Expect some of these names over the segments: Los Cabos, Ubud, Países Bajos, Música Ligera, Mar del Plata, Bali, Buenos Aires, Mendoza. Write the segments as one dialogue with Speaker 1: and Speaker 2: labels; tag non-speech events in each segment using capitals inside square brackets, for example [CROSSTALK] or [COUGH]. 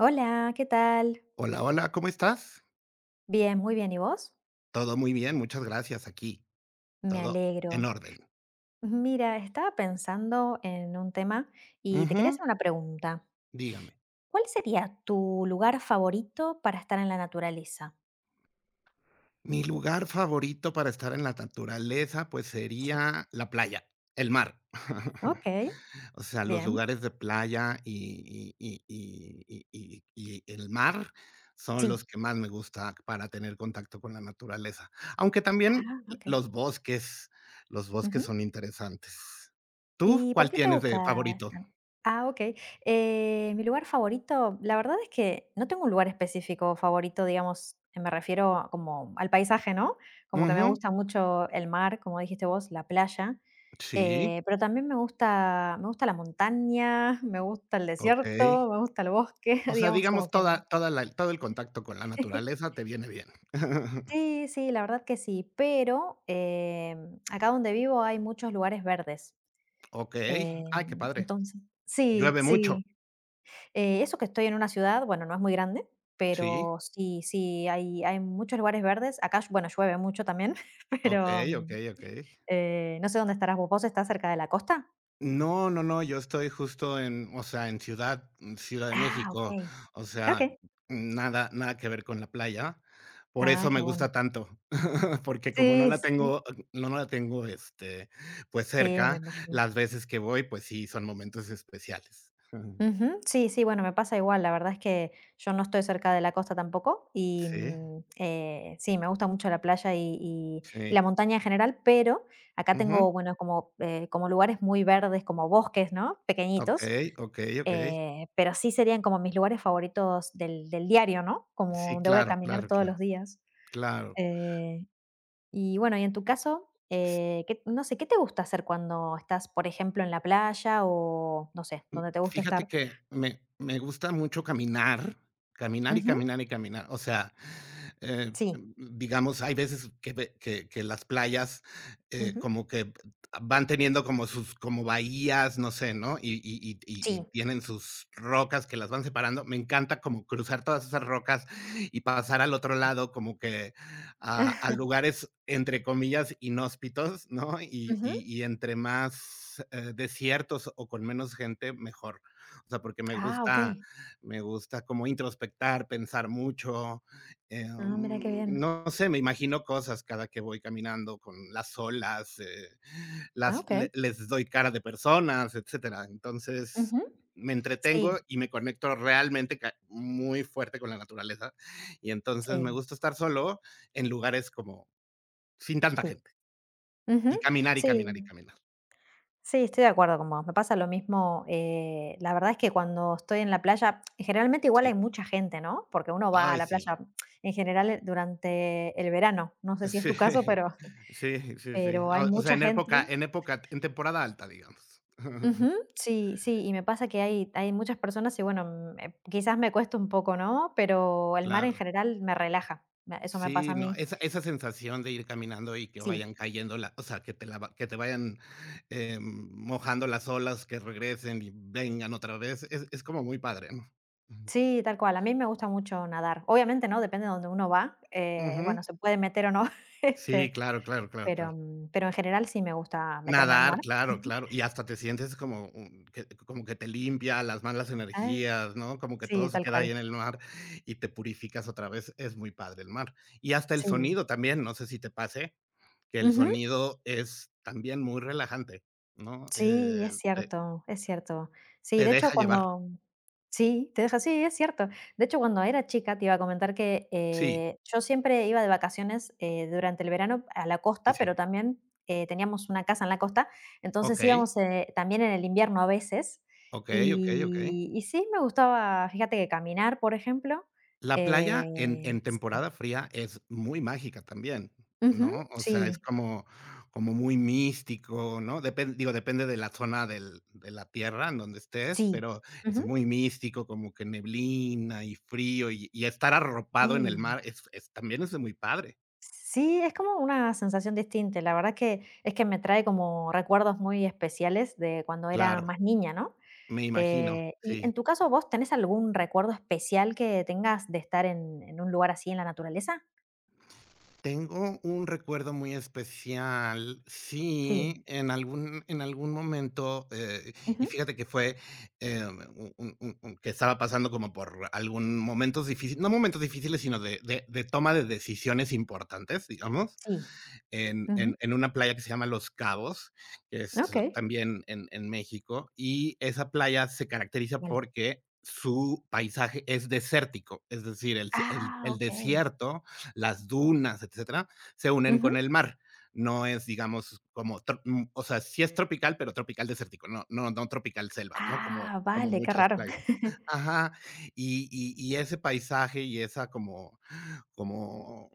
Speaker 1: Hola, ¿qué tal?
Speaker 2: Hola, hola, ¿cómo estás?
Speaker 1: Bien, muy bien. ¿Y vos?
Speaker 2: Todo muy bien, muchas gracias, aquí,
Speaker 1: Me
Speaker 2: todo en
Speaker 1: alegro.
Speaker 2: orden.
Speaker 1: Mira, estaba pensando en un tema y te quería
Speaker 2: Ujú,
Speaker 1: hacer una pregunta.
Speaker 2: dígame.
Speaker 1: ¿Cuál sería tu lugar favorito para estar en la naturaleza?
Speaker 2: Mi lugar favorito para estar en la naturaleza, pues,
Speaker 1: Sí.
Speaker 2: sería la playa, el mar.
Speaker 1: Ok,
Speaker 2: [LAUGHS] O sea, los
Speaker 1: bien.
Speaker 2: lugares de playa y el mar son los
Speaker 1: Sí.
Speaker 2: que más me gusta para tener contacto con la naturaleza, aunque también
Speaker 1: Ah, ok.
Speaker 2: los bosques, los bosques son interesantes. ¿Tú
Speaker 1: ¿Y por
Speaker 2: cuál
Speaker 1: qué te
Speaker 2: tienes
Speaker 1: gusta?
Speaker 2: de favorito?
Speaker 1: Ah, okey. Mi lugar favorito, la verdad es que no tengo un lugar específico favorito, digamos, me refiero a como al paisaje, ¿no? Como que me
Speaker 2: Ujú,
Speaker 1: gusta mucho el mar, como dijiste vos, la playa,
Speaker 2: sí.
Speaker 1: pero también me gusta la montaña, me gusta el
Speaker 2: Okey.
Speaker 1: desierto, me gusta el bosque,
Speaker 2: O
Speaker 1: [LAUGHS]
Speaker 2: sea,
Speaker 1: digamos, como
Speaker 2: digamos,
Speaker 1: que.
Speaker 2: toda toda la todo el contacto con la
Speaker 1: [LAUGHS]
Speaker 2: naturaleza te viene bien. [LAUGHS]
Speaker 1: Sí, sí, la verdad que sí, pero, acá donde vivo hay muchos lugares verdes,
Speaker 2: Okey. Ay, qué padre.
Speaker 1: entonces. Sí,
Speaker 2: ¿Llueve mucho?
Speaker 1: sí. Eso que estoy en una ciudad, bueno, no es muy grande,
Speaker 2: Sí.
Speaker 1: pero sí, sí, hay muchos lugares verdes. Acá, bueno, llueve mucho también, [LAUGHS] pero
Speaker 2: Okey, okey, okey.
Speaker 1: no sé dónde estarás vos. ¿Vos estás cerca de la costa?
Speaker 2: No, no, no, yo estoy justo en, o sea, en Ciudad de
Speaker 1: Ah,
Speaker 2: México,
Speaker 1: ok.
Speaker 2: o
Speaker 1: Ok.
Speaker 2: sea, nada que ver con la playa. Por
Speaker 1: Ah,
Speaker 2: eso
Speaker 1: qué
Speaker 2: me
Speaker 1: bueno.
Speaker 2: gusta tanto, [LAUGHS] porque como no
Speaker 1: Sí,
Speaker 2: la
Speaker 1: sí.
Speaker 2: tengo no la tengo, pues,
Speaker 1: Sí, me
Speaker 2: cerca,
Speaker 1: imagino.
Speaker 2: las veces que voy, pues sí, son momentos especiales. [LAUGHS] Ujú.
Speaker 1: Ujú, sí, sí, bueno, me pasa igual. La verdad es que yo no estoy cerca de la costa tampoco y
Speaker 2: Sí,
Speaker 1: sí, me gusta mucho la playa y, y la
Speaker 2: sí.
Speaker 1: montaña en general, pero acá
Speaker 2: Ujú.
Speaker 1: tengo, bueno, como, como lugares muy verdes, como bosques, ¿no? Pequeñitos.
Speaker 2: Okey, okey, okey.
Speaker 1: Pero sí serían como mis lugares favoritos del diario, ¿no? Como
Speaker 2: Sí,
Speaker 1: donde voy a
Speaker 2: claro,
Speaker 1: caminar
Speaker 2: claro,
Speaker 1: todos los
Speaker 2: claro,
Speaker 1: días.
Speaker 2: claro.
Speaker 1: Eh, y bueno, y en tu caso,
Speaker 2: F
Speaker 1: ¿qué no sé, qué te gusta hacer cuando estás, por ejemplo, en la playa o no sé, donde te gusta
Speaker 2: fíjate
Speaker 1: estar?
Speaker 2: que me gusta mucho caminar, caminar y
Speaker 1: Ujú,
Speaker 2: caminar y caminar. O sea,
Speaker 1: sí,
Speaker 2: digamos, hay veces que las playas,
Speaker 1: ujú,
Speaker 2: como que van teniendo como sus como bahías, no sé, ¿no? Y
Speaker 1: sí.
Speaker 2: tienen sus rocas que las van separando. Me encanta como cruzar todas esas rocas y pasar al otro lado, como que a
Speaker 1: [LAUGHS]
Speaker 2: lugares, entre comillas, inhóspitos, ¿no? Y,
Speaker 1: Ujú.
Speaker 2: y, y entre más desiertos o con menos gente, mejor. O sea, porque
Speaker 1: Ah, okey.
Speaker 2: me gusta como introspectar, pensar mucho.
Speaker 1: Ah, mira qué bien.
Speaker 2: No sé, me imagino cosas cada que voy caminando con las olas,
Speaker 1: Ah, okey.
Speaker 2: les doy cara de personas, etcétera. Entonces,
Speaker 1: Ujú.
Speaker 2: me entretengo
Speaker 1: Sí,
Speaker 2: y me conecto realmente muy fuerte con la naturaleza. Y entonces me
Speaker 1: sí,
Speaker 2: gusta estar solo en lugares como sin tanta
Speaker 1: sí.
Speaker 2: gente,
Speaker 1: Ujú,
Speaker 2: y caminar, y caminar, y
Speaker 1: sí.
Speaker 2: caminar.
Speaker 1: Sí, estoy de acuerdo con vos. Me pasa lo mismo. La verdad es que cuando estoy en la playa, generalmente igual hay
Speaker 2: Sí.
Speaker 1: mucha gente, ¿no? Porque uno va a
Speaker 2: Ay,
Speaker 1: la
Speaker 2: sí.
Speaker 1: playa en general durante el verano. No sé si es
Speaker 2: Sí,
Speaker 1: tu caso,
Speaker 2: [LAUGHS]
Speaker 1: pero,
Speaker 2: sí,
Speaker 1: [LAUGHS]
Speaker 2: sí, sí.
Speaker 1: pero hay
Speaker 2: O sea,
Speaker 1: mucha
Speaker 2: en
Speaker 1: gente.
Speaker 2: época en época en temporada alta, digamos.
Speaker 1: Ujú,
Speaker 2: [LAUGHS]
Speaker 1: sí, sí, y me pasa que hay muchas personas y bueno, quizás me cuesta un poco, ¿no? Pero el mar en
Speaker 2: Claro.
Speaker 1: general me relaja. Eso me pasa a
Speaker 2: Sí, no,
Speaker 1: mí.
Speaker 2: esa esa sensación de ir caminando y que
Speaker 1: Sí.
Speaker 2: vayan cayendo la o sea, que te la va que Te vayan, mojando las olas, que regresen y vengan otra vez, es como muy padre, ¿no? Ujú.
Speaker 1: Sí, tal cual. A mí me gusta mucho nadar. Obviamente, ¿no? Depende de donde uno va.
Speaker 2: Ujú.
Speaker 1: Bueno, se puede meter o no. [LAUGHS] Este,
Speaker 2: Sí, claro, claro, claro,
Speaker 1: pero,
Speaker 2: claro.
Speaker 1: pero en general sí me gusta meterme al mar.
Speaker 2: Nadar, claro, claro, y hasta te sientes como, que como que te limpia las malas
Speaker 1: Ay,
Speaker 2: energías, ¿no? Como que
Speaker 1: sí,
Speaker 2: todo se
Speaker 1: tal
Speaker 2: queda ahí
Speaker 1: cual.
Speaker 2: en el mar y te purificas otra vez, es muy padre el mar. Y hasta el
Speaker 1: Sí.
Speaker 2: sonido también, no sé si te pase, que el
Speaker 1: Ujú.
Speaker 2: sonido es también muy relajante, ¿no?
Speaker 1: Sí,
Speaker 2: Eh,
Speaker 1: es
Speaker 2: te
Speaker 1: cierto, es cierto. Sí,
Speaker 2: te
Speaker 1: de hecho,
Speaker 2: deja llevar.
Speaker 1: cuando sí, te deja sí, es cierto. De hecho, cuando era chica, te iba a comentar que,
Speaker 2: Sí,
Speaker 1: yo siempre iba de vacaciones, durante el verano a la
Speaker 2: sí,
Speaker 1: costa, pero
Speaker 2: sí.
Speaker 1: también, teníamos una casa en la costa, entonces
Speaker 2: Okey,
Speaker 1: íbamos, también en el invierno a veces.
Speaker 2: okey, okey, okey.
Speaker 1: Y sí, me gustaba, fíjate que caminar, por ejemplo,
Speaker 2: La playa en
Speaker 1: sí.
Speaker 2: temporada fría es muy mágica también,
Speaker 1: Ujú,
Speaker 2: ¿no? O sea, es
Speaker 1: sí,
Speaker 2: como como muy místico, ¿no? Depen Digo, depende de la zona del de la tierra en donde estés,
Speaker 1: sí.
Speaker 2: pero es
Speaker 1: Ujú.
Speaker 2: muy místico, como que neblina y frío, y estar arropado en el
Speaker 1: Sí.
Speaker 2: mar es también es muy padre.
Speaker 1: Sí, es como una sensación distinta. La verdad que es que me trae como recuerdos muy especiales de cuando era
Speaker 2: Claro,
Speaker 1: más niña, ¿no?
Speaker 2: me imagino,
Speaker 1: Y
Speaker 2: sí.
Speaker 1: en tu caso, ¿vos tenés algún recuerdo especial que tengas de estar en un lugar así en la naturaleza?
Speaker 2: Tengo un recuerdo muy especial.
Speaker 1: Sí.
Speaker 2: Sí, en algún momento, y
Speaker 1: Ujú,
Speaker 2: fíjate que fue, un que estaba pasando como por algún momentos difíciles no momentos difíciles, sino de toma de decisiones importantes, digamos
Speaker 1: sí. Ujú.
Speaker 2: en una playa que se llama Los Cabos, que es
Speaker 1: Okey.
Speaker 2: también en México, y esa playa se caracteriza
Speaker 1: Vale.
Speaker 2: porque su paisaje es desértico, es decir,
Speaker 1: Ah,
Speaker 2: el
Speaker 1: okey.
Speaker 2: desierto, las dunas, etcétera, se unen
Speaker 1: Ujú.
Speaker 2: con el mar. No es, digamos, o sea, sí es tropical, pero tropical desértico, no tropical selva, ¿no? Como
Speaker 1: Ah,
Speaker 2: como
Speaker 1: vale, qué
Speaker 2: muchas
Speaker 1: raro.
Speaker 2: playas.
Speaker 1: [LAUGHS]
Speaker 2: Ajá, y ese paisaje y esa como como,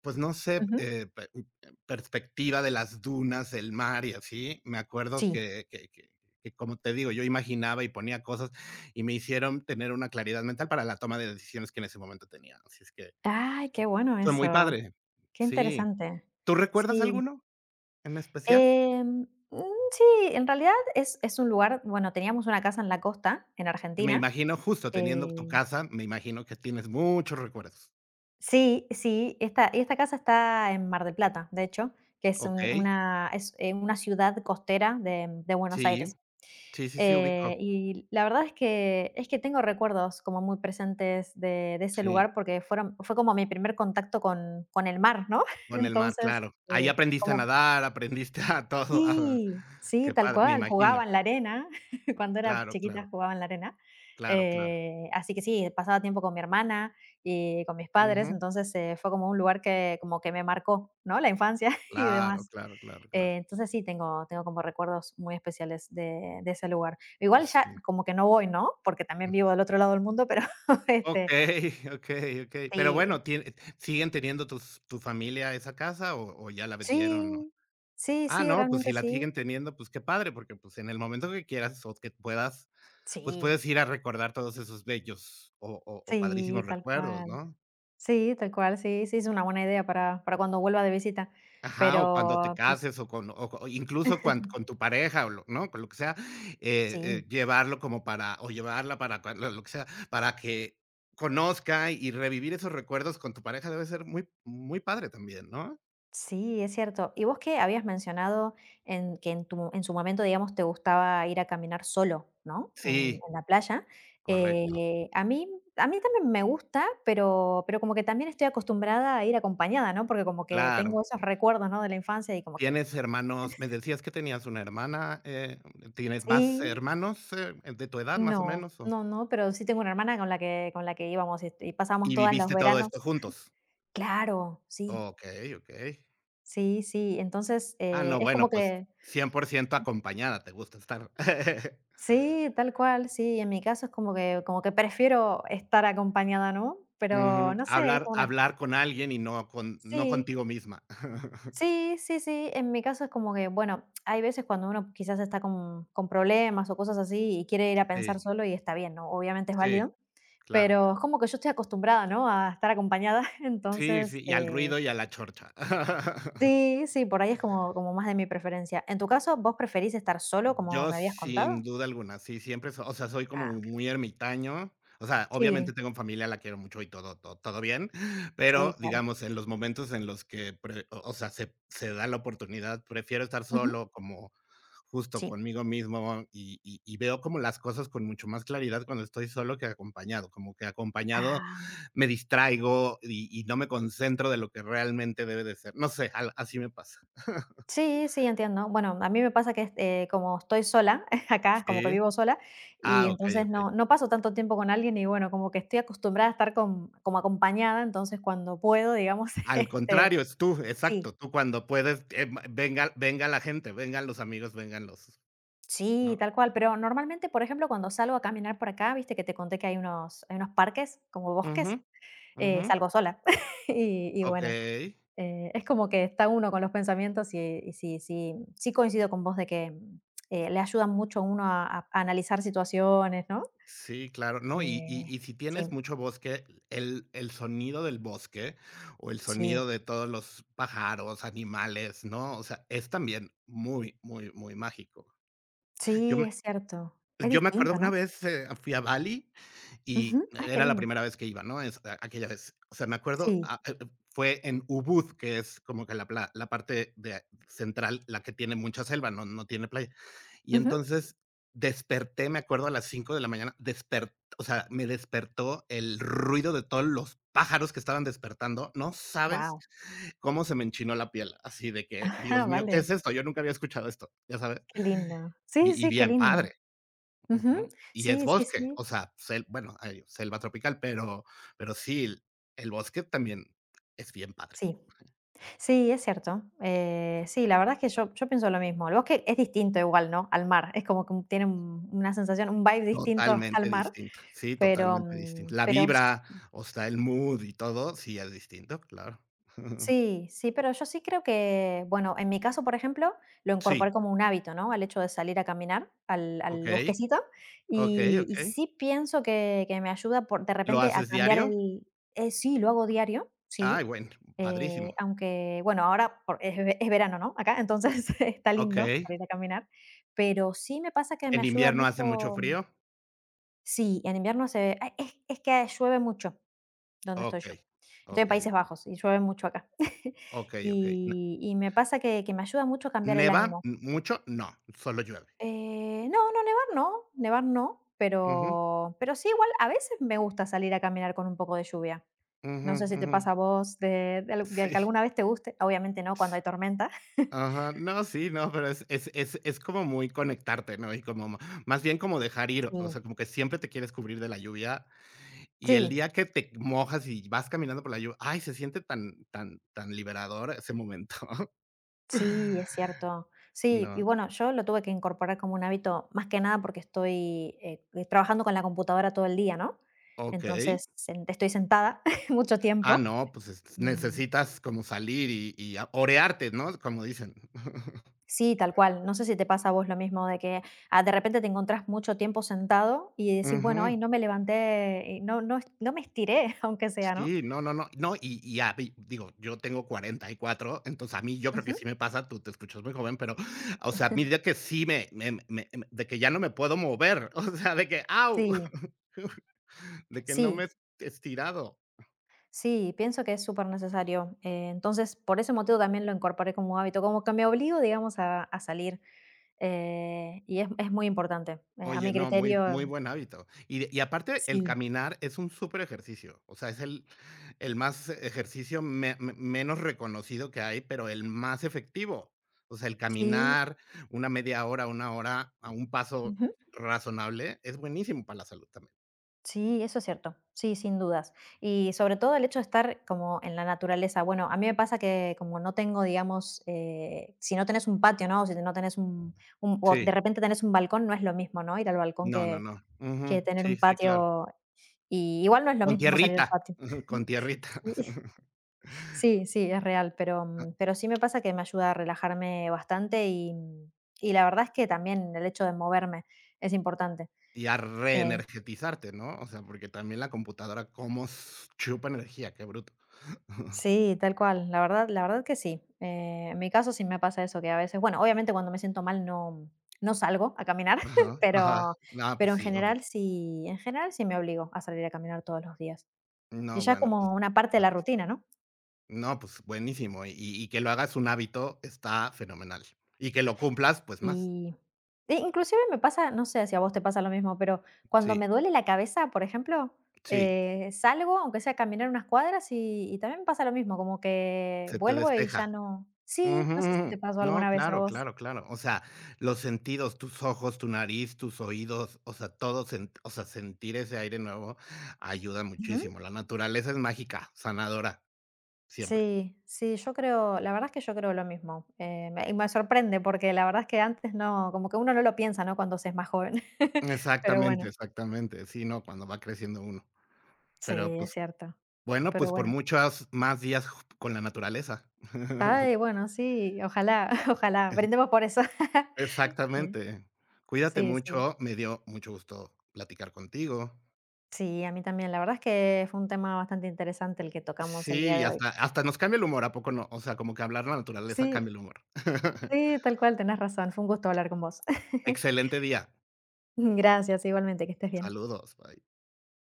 Speaker 2: pues no sé,
Speaker 1: Ujú.
Speaker 2: perspectiva de las dunas, el mar y así. Me acuerdo
Speaker 1: Sí.
Speaker 2: como te digo, yo imaginaba y ponía cosas y me hicieron tener una claridad mental para la toma de decisiones que en ese momento tenía. Así es que
Speaker 1: Ay, qué bueno
Speaker 2: fue muy
Speaker 1: eso,
Speaker 2: padre.
Speaker 1: qué
Speaker 2: Sí.
Speaker 1: interesante.
Speaker 2: ¿Tú recuerdas
Speaker 1: Sí.
Speaker 2: alguno en especial?
Speaker 1: Em, mm, sí, en realidad es un lugar bueno, teníamos una casa en la costa, en
Speaker 2: Me
Speaker 1: Argentina.
Speaker 2: imagino, justo teniendo tu
Speaker 1: Eh,
Speaker 2: casa, me imagino que tienes muchos recuerdos.
Speaker 1: sí, sí, esta casa está en Mar del Plata, de hecho, que es un
Speaker 2: Ok.
Speaker 1: una es, eh, una ciudad costera de Buenos
Speaker 2: Sí,
Speaker 1: Aires.
Speaker 2: sí, sí, sí, ubico.
Speaker 1: Y la verdad es que tengo recuerdos como muy presentes de ese
Speaker 2: Sí.
Speaker 1: lugar porque fue como mi primer contacto con el mar, ¿no? [LAUGHS]
Speaker 2: Con el mar,
Speaker 1: Entonces,
Speaker 2: claro. Ahí aprendiste a
Speaker 1: como.
Speaker 2: nadar, aprendiste [LAUGHS] a todo, ajá.
Speaker 1: Sí, sí,
Speaker 2: Qué
Speaker 1: tal
Speaker 2: padre, me
Speaker 1: cual,
Speaker 2: imagino.
Speaker 1: jugaba en la arena, [LAUGHS] cuando era
Speaker 2: Claro,
Speaker 1: chiquita
Speaker 2: claro,
Speaker 1: jugaba en la arena,
Speaker 2: claro, claro.
Speaker 1: así que sí, pasaba tiempo con mi hermana y con mis padres,
Speaker 2: Ujú.
Speaker 1: entonces, fue como un lugar que como que me marcó, ¿no?, la infancia [LAUGHS] y
Speaker 2: Claro,
Speaker 1: demás.
Speaker 2: claro, claro, claro.
Speaker 1: Entonces sí, tengo como recuerdos muy especiales de ese lugar. Igual ya
Speaker 2: Sí.
Speaker 1: como que no voy, ¿no?, porque también vivo del otro lado del mundo, pero, [LAUGHS] este,
Speaker 2: Okey, okey, okey. [LAUGHS] Pero
Speaker 1: sí,
Speaker 2: bueno, tien ¿Siguen teniendo tus tu familia esa casa o ya la vendieron o?
Speaker 1: sí, sí,
Speaker 2: Ah,
Speaker 1: sí,
Speaker 2: no, pues si
Speaker 1: realmente
Speaker 2: la
Speaker 1: sí.
Speaker 2: siguen teniendo, pues qué padre, porque, pues, en el momento que quieras o que puedas, pues
Speaker 1: Sí,
Speaker 2: puedes ir a recordar todos esos bellos o
Speaker 1: sí,
Speaker 2: padrísimos
Speaker 1: tal
Speaker 2: recuerdos,
Speaker 1: cual.
Speaker 2: ¿no?
Speaker 1: Sí, tal cual, sí, sí, es una buena idea para cuando vuelva de visita,
Speaker 2: Ajá, o cuando te
Speaker 1: pero s
Speaker 2: cases o incluso cuan
Speaker 1: [LAUGHS]
Speaker 2: con tu pareja, o lo ¿no? Con lo que sea,
Speaker 1: sí,
Speaker 2: llevarlo como para o llevarla para cua lo que sea, para que conozca y revivir esos recuerdos con tu pareja debe ser muy muy padre también, ¿no?
Speaker 1: sí, es cierto. Y vos que habías mencionado en que en tu en su momento, digamos, te gustaba ir a caminar solo, ¿no?,
Speaker 2: Sí,
Speaker 1: en la playa.
Speaker 2: correcto,
Speaker 1: Eh, a mí a mí también me gusta, pero como que también estoy acostumbrada a ir acompañada, ¿no? Porque como que tengo
Speaker 2: claro.
Speaker 1: esos recuerdos, ¿no?, de la infancia y como que
Speaker 2: ¿Tienes hermanos? Me decías que tenías una hermana, ¿tienes más
Speaker 1: sí,
Speaker 2: hermanos, de tu edad, más o
Speaker 1: no,
Speaker 2: menos, o?
Speaker 1: no, no, pero sí tengo una hermana con la que íbamos y pasábamos
Speaker 2: ¿Y
Speaker 1: todos los
Speaker 2: viviste todo
Speaker 1: veranos.
Speaker 2: esto juntos?
Speaker 1: Claro, sí,
Speaker 2: Okey, okey.
Speaker 1: sí, sí. Entonces,
Speaker 2: Ah, no,
Speaker 1: es como
Speaker 2: bueno, pues
Speaker 1: que
Speaker 2: 100% acompañada, te gusta estar. [LAUGHS]
Speaker 1: sí, tal cual, sí, en mi caso es como que prefiero estar acompañada, ¿no? Pero
Speaker 2: Ujú,
Speaker 1: no sé, es como una
Speaker 2: hablar con alguien y no
Speaker 1: sí,
Speaker 2: contigo misma. [LAUGHS]
Speaker 1: sí, sí, sí, en mi caso es como que, bueno, hay veces cuando uno quizás está con problemas o cosas así y quiere ir a pensar
Speaker 2: Sí,
Speaker 1: solo y está bien, ¿no? Obviamente es
Speaker 2: sí,
Speaker 1: válido,
Speaker 2: claro.
Speaker 1: pero es como que yo estoy acostumbrada, ¿no? A estar acompañada, [LAUGHS]
Speaker 2: Sí,
Speaker 1: entonces,
Speaker 2: sí, y al ruido y a la chorcha. [LAUGHS]
Speaker 1: sí, sí, por ahí es como como más de mi preferencia. En tu caso, ¿vos preferís estar solo, como
Speaker 2: Yo
Speaker 1: me habías
Speaker 2: sin
Speaker 1: contado?
Speaker 2: duda alguna, sí, siempre so o sea, soy como
Speaker 1: Ah, ok.
Speaker 2: muy ermitaño, o sea, obviamente
Speaker 1: Sí,
Speaker 2: tengo familia, la quiero mucho y todo bien, [LAUGHS]
Speaker 1: sí,
Speaker 2: pero,
Speaker 1: claro.
Speaker 2: digamos, en los momentos en los que pre o sea, se da la oportunidad, prefiero estar
Speaker 1: Ujú,
Speaker 2: solo como justo
Speaker 1: sí.
Speaker 2: conmigo mismo y, y veo como las cosas con mucho más claridad cuando estoy solo que acompañado, como que acompañado
Speaker 1: Ah,
Speaker 2: me distraigo y no me concentro de lo que realmente debe de ser. No sé, así me pasa.
Speaker 1: sí, sí, entiendo. Bueno, a mí me pasa que, este, como estoy sola [LAUGHS] acá, como que
Speaker 2: Sí.
Speaker 1: vivo sola, y
Speaker 2: Ah, ok,
Speaker 1: entonces
Speaker 2: ok.
Speaker 1: no no paso tanto tiempo con alguien y, bueno, como que estoy acostumbrada a estar con como acompañada, entonces cuando puedo, digamos, [LAUGHS]
Speaker 2: Al
Speaker 1: este,
Speaker 2: contrario, es tú,
Speaker 1: sí.
Speaker 2: exacto, tú cuando puedes, venga, venga la gente, vengan los amigos, vengan los,
Speaker 1: Sí,
Speaker 2: ¿no?
Speaker 1: tal cual, pero normalmente, por ejemplo, cuando salgo a caminar por acá, viste que te conté que hay unos parques, como
Speaker 2: Ujú,
Speaker 1: bosques.
Speaker 2: ujú.
Speaker 1: Salgo sola. [LAUGHS] Y y
Speaker 2: Ok.
Speaker 1: bueno, es como que está uno con los pensamientos y sí coincido con vos de que, le ayudan mucho a uno a a analizar situaciones, ¿no?
Speaker 2: Sí, claro, no,
Speaker 1: Eh,
Speaker 2: y si tienes
Speaker 1: sí,
Speaker 2: mucho bosque, el sonido del bosque, o el
Speaker 1: sí,
Speaker 2: sonido de todos los pájaros, animales, ¿no? O sea, es también muy, muy, muy mágico. Yo
Speaker 1: sí, es cierto. Es
Speaker 2: yo me acuerdo
Speaker 1: distinto,
Speaker 2: una
Speaker 1: ¿no?
Speaker 2: vez, fui a Bali y
Speaker 1: Ujú. Ay, qué
Speaker 2: era la
Speaker 1: lindo.
Speaker 2: primera vez que iba, ¿no? Es a aquella vez. O sea, me acuerdo,
Speaker 1: Sí.
Speaker 2: fue en Ubud, que es como que la parte de central, la que tiene mucha selva, no tiene playa. Y
Speaker 1: Wow.
Speaker 2: entonces desperté, me acuerdo, a las 5 de la mañana, despert o sea, me despertó el ruido de todos los pájaros que estaban despertando. No sabes cómo se me enchinó la piel, así de que,
Speaker 1: [LAUGHS] Ah,
Speaker 2: Dios mío, ¿qué
Speaker 1: vale,
Speaker 2: es esto? Yo nunca había escuchado esto, ¿ya sabes?
Speaker 1: qué lindo. Sí,
Speaker 2: Y
Speaker 1: sí, qué
Speaker 2: bien
Speaker 1: lindo.
Speaker 2: padre.
Speaker 1: Ujú.
Speaker 2: Ujú. Y es
Speaker 1: Sí, sí,
Speaker 2: bosque,
Speaker 1: sí.
Speaker 2: o sea, hay selva tropical, pero sí, el bosque también es bien padre.
Speaker 1: Sí. Sí, es cierto. Sí, la verdad es que yo pienso lo mismo. El bosque es distinto igual, ¿no? Al mar. Es como que tiene una sensación, un vibe distinto al
Speaker 2: Totalmente
Speaker 1: mar.
Speaker 2: distinto. Sí,
Speaker 1: Pero,
Speaker 2: totalmente distinto. La
Speaker 1: pero
Speaker 2: vibra, o sea, el mood y todo, sí es distinto, claro. [LAUGHS]
Speaker 1: sí, sí, pero yo sí creo que, bueno, en mi caso, por ejemplo, lo incorporé
Speaker 2: Sí,
Speaker 1: como un hábito, ¿no? Al hecho de salir a caminar al, al
Speaker 2: okey,
Speaker 1: bosquecito
Speaker 2: okey,
Speaker 1: y
Speaker 2: okey.
Speaker 1: sí pienso que me ayuda por, de
Speaker 2: ¿Lo
Speaker 1: repente a
Speaker 2: haces
Speaker 1: cambiar
Speaker 2: diario?
Speaker 1: el... sí, lo hago diario,
Speaker 2: Ay,
Speaker 1: sí.
Speaker 2: bueno, padrísimo.
Speaker 1: Aunque, bueno, ahora es verano, ¿no? Acá, entonces [LAUGHS] está lindo
Speaker 2: Okey.
Speaker 1: para ir a caminar, pero sí me pasa que me
Speaker 2: ¿En
Speaker 1: ayuda
Speaker 2: invierno hace mucho
Speaker 1: mucho,
Speaker 2: frío?
Speaker 1: sí, en invierno se... ah, es que llueve mucho, ¿dónde estoy yo?
Speaker 2: Okey,
Speaker 1: Estoy en
Speaker 2: okey,
Speaker 1: Países Bajos y llueve mucho acá. [LAUGHS]
Speaker 2: okey, okey. ¿Ne
Speaker 1: Y y me pasa que me ayuda mucho a cambiar el
Speaker 2: Neva
Speaker 1: ánimo.
Speaker 2: mucho? No, solo llueve.
Speaker 1: No, no, nevar no, nevar no,
Speaker 2: Ujú,
Speaker 1: pero sí, igual a veces me gusta salir a caminar con un poco de lluvia.
Speaker 2: ujú,
Speaker 1: No sé si te
Speaker 2: ujú.
Speaker 1: pasa a vos de
Speaker 2: Sí.
Speaker 1: que alguna vez te guste, obviamente no cuando hay tormenta.
Speaker 2: Ajá, no, sí, no, pero es como muy conectarte, ¿no? Y como ma Más bien como dejar ir, o
Speaker 1: Sí,
Speaker 2: sea, como que siempre te quieres cubrir de la lluvia,
Speaker 1: [LAUGHS]
Speaker 2: y el
Speaker 1: sí.
Speaker 2: día que te mojas y vas caminando por la lluvia, ay, se siente tan tan tan liberador ese momento. [LAUGHS]
Speaker 1: Sí, es cierto. Sí, y
Speaker 2: No,
Speaker 1: bueno, yo lo tuve que incorporar como un hábito, más que nada porque estoy trabajando con la computadora todo el día, ¿no?
Speaker 2: okey.
Speaker 1: Entonces, estoy sentada [LAUGHS] mucho
Speaker 2: Ah,
Speaker 1: tiempo.
Speaker 2: no, pues, es
Speaker 1: Em,
Speaker 2: necesitas como salir y a orearte, ¿no? Como dicen. [LAUGHS]
Speaker 1: sí, tal cual. No sé si te pasa a vos lo mismo, de que ah, de repente te encontrás mucho tiempo sentado y decís, bueno, ay,
Speaker 2: Ujú.
Speaker 1: no me levanté, no, no, no me estiré, [LAUGHS] aunque sea, ¿no?
Speaker 2: Sí, no, no, no, no, y a mí, digo, yo tengo 44, entonces, a mí yo creo que
Speaker 1: Ujú.
Speaker 2: sí me pasa, tú te escuchas muy joven, pero, o sea, a mí de que sí me me me me de que ya no me puedo mover, [LAUGHS] o sea, de que, au,
Speaker 1: Sí,
Speaker 2: [LAUGHS] de que no me
Speaker 1: sí.
Speaker 2: he estirado.
Speaker 1: Sí, pienso que es súper necesario. Entonces, por ese motivo también lo incorporé como un hábito, como que me obligo, digamos, a salir. Y es muy importante. A mi
Speaker 2: Oye, no, muy muy
Speaker 1: criterio,
Speaker 2: buen hábito. Y de y aparte, el
Speaker 1: sí,
Speaker 2: caminar es un súper ejercicio. O sea, es el más ejercicio me me menos reconocido que hay, pero el más efectivo. O sea, el
Speaker 1: sí,
Speaker 2: caminar una media hora, una hora a un paso
Speaker 1: ujú,
Speaker 2: razonable es buenísimo para la salud también.
Speaker 1: sí, eso es cierto. Sí, sin dudas. Y sobre todo el hecho de estar como en la naturaleza. Bueno, a mí me pasa que como no tengo, digamos, si no tenés un patio, ¿no? O si no tenés un, o de
Speaker 2: Sí.
Speaker 1: repente tenés un balcón, no es lo mismo, ¿no? Ir al balcón
Speaker 2: No, no, no. Ujú.
Speaker 1: que tener
Speaker 2: Sí,
Speaker 1: un
Speaker 2: sí, claro.
Speaker 1: patio. Y igual no es lo
Speaker 2: Con
Speaker 1: mismo salir
Speaker 2: tierrita.
Speaker 1: al patio.
Speaker 2: [LAUGHS] Con tierrita.
Speaker 1: [LAUGHS]
Speaker 2: [LAUGHS]
Speaker 1: Sí, sí, es real, pero, pero sí me pasa que me ayuda a relajarme bastante y, y la verdad es que también el hecho de moverme es importante.
Speaker 2: Y a
Speaker 1: Eh,
Speaker 2: reenergetizarte, ¿no? O sea, porque también la computadora, como chupa energía, qué bruto. [LAUGHS]
Speaker 1: sí, tal cual, la verdad que sí. En mi caso sí me pasa eso, que a veces, bueno, obviamente cuando me siento mal no, no salgo a caminar, [LAUGHS]
Speaker 2: Ajá, ajá.
Speaker 1: pero,
Speaker 2: No,
Speaker 1: pero
Speaker 2: pues sí, obvio.
Speaker 1: en general sí me obligo a salir a caminar todos los días. Y
Speaker 2: No,
Speaker 1: ya es
Speaker 2: bueno, pues,
Speaker 1: como una parte de la
Speaker 2: papi.
Speaker 1: rutina, ¿no?
Speaker 2: No, pues buenísimo. Y que lo hagas un hábito está fenomenal. Y que lo cumplas, pues más.
Speaker 1: y E inclusive me pasa, no sé si a vos te pasa lo mismo, pero cuando
Speaker 2: Sí,
Speaker 1: me duele la cabeza, por ejemplo,
Speaker 2: sí,
Speaker 1: salgo, aunque sea a caminar unas cuadras, y también me pasa lo mismo, como que
Speaker 2: se te
Speaker 1: vuelvo y ya
Speaker 2: despeja.
Speaker 1: no. Sí, no sé si te
Speaker 2: Ujú.
Speaker 1: pasó
Speaker 2: No,
Speaker 1: alguna vez a
Speaker 2: claro,
Speaker 1: vos.
Speaker 2: claro, claro. O sea, los sentidos, tus ojos, tu nariz, tus oídos, o sea, todo, o sea, sentir ese aire nuevo ayuda
Speaker 1: Ujú.
Speaker 2: muchísimo. La naturaleza es mágica, sanadora, siempre.
Speaker 1: Sí, sí, yo creo, la verdad es que yo creo lo mismo. Y me sorprende porque la verdad es que antes no, como que uno no lo piensa, ¿no? Cuando se es más joven. [LAUGHS] Pero bueno,
Speaker 2: Exactamente, exactamente. Sí, no, cuando va creciendo uno.
Speaker 1: sí,
Speaker 2: Pero
Speaker 1: es
Speaker 2: pues
Speaker 1: cierto.
Speaker 2: Bueno,
Speaker 1: Pero
Speaker 2: pues por
Speaker 1: bueno.
Speaker 2: muchos más días ju con la naturaleza. [LAUGHS]
Speaker 1: Ay, bueno, sí, ojalá, [LAUGHS] ojalá, brindemos por eso. [LAUGHS]
Speaker 2: Exactamente. Cuídate
Speaker 1: Sí, sí, sí.
Speaker 2: mucho, me dio mucho gusto platicar contigo.
Speaker 1: Sí, a mí también. La verdad es que fue un tema bastante interesante el que tocamos el día
Speaker 2: Sí,
Speaker 1: de hoy.
Speaker 2: hasta hasta nos cambia el humor, ¿a poco no? O sea, como que hablar la naturaleza
Speaker 1: Sí,
Speaker 2: cambia el humor. [LAUGHS]
Speaker 1: sí, tal cual, tenés razón. Fue un gusto hablar con vos. [LAUGHS]
Speaker 2: Excelente día.
Speaker 1: Gracias, igualmente, que estés bien.
Speaker 2: Saludos, bye.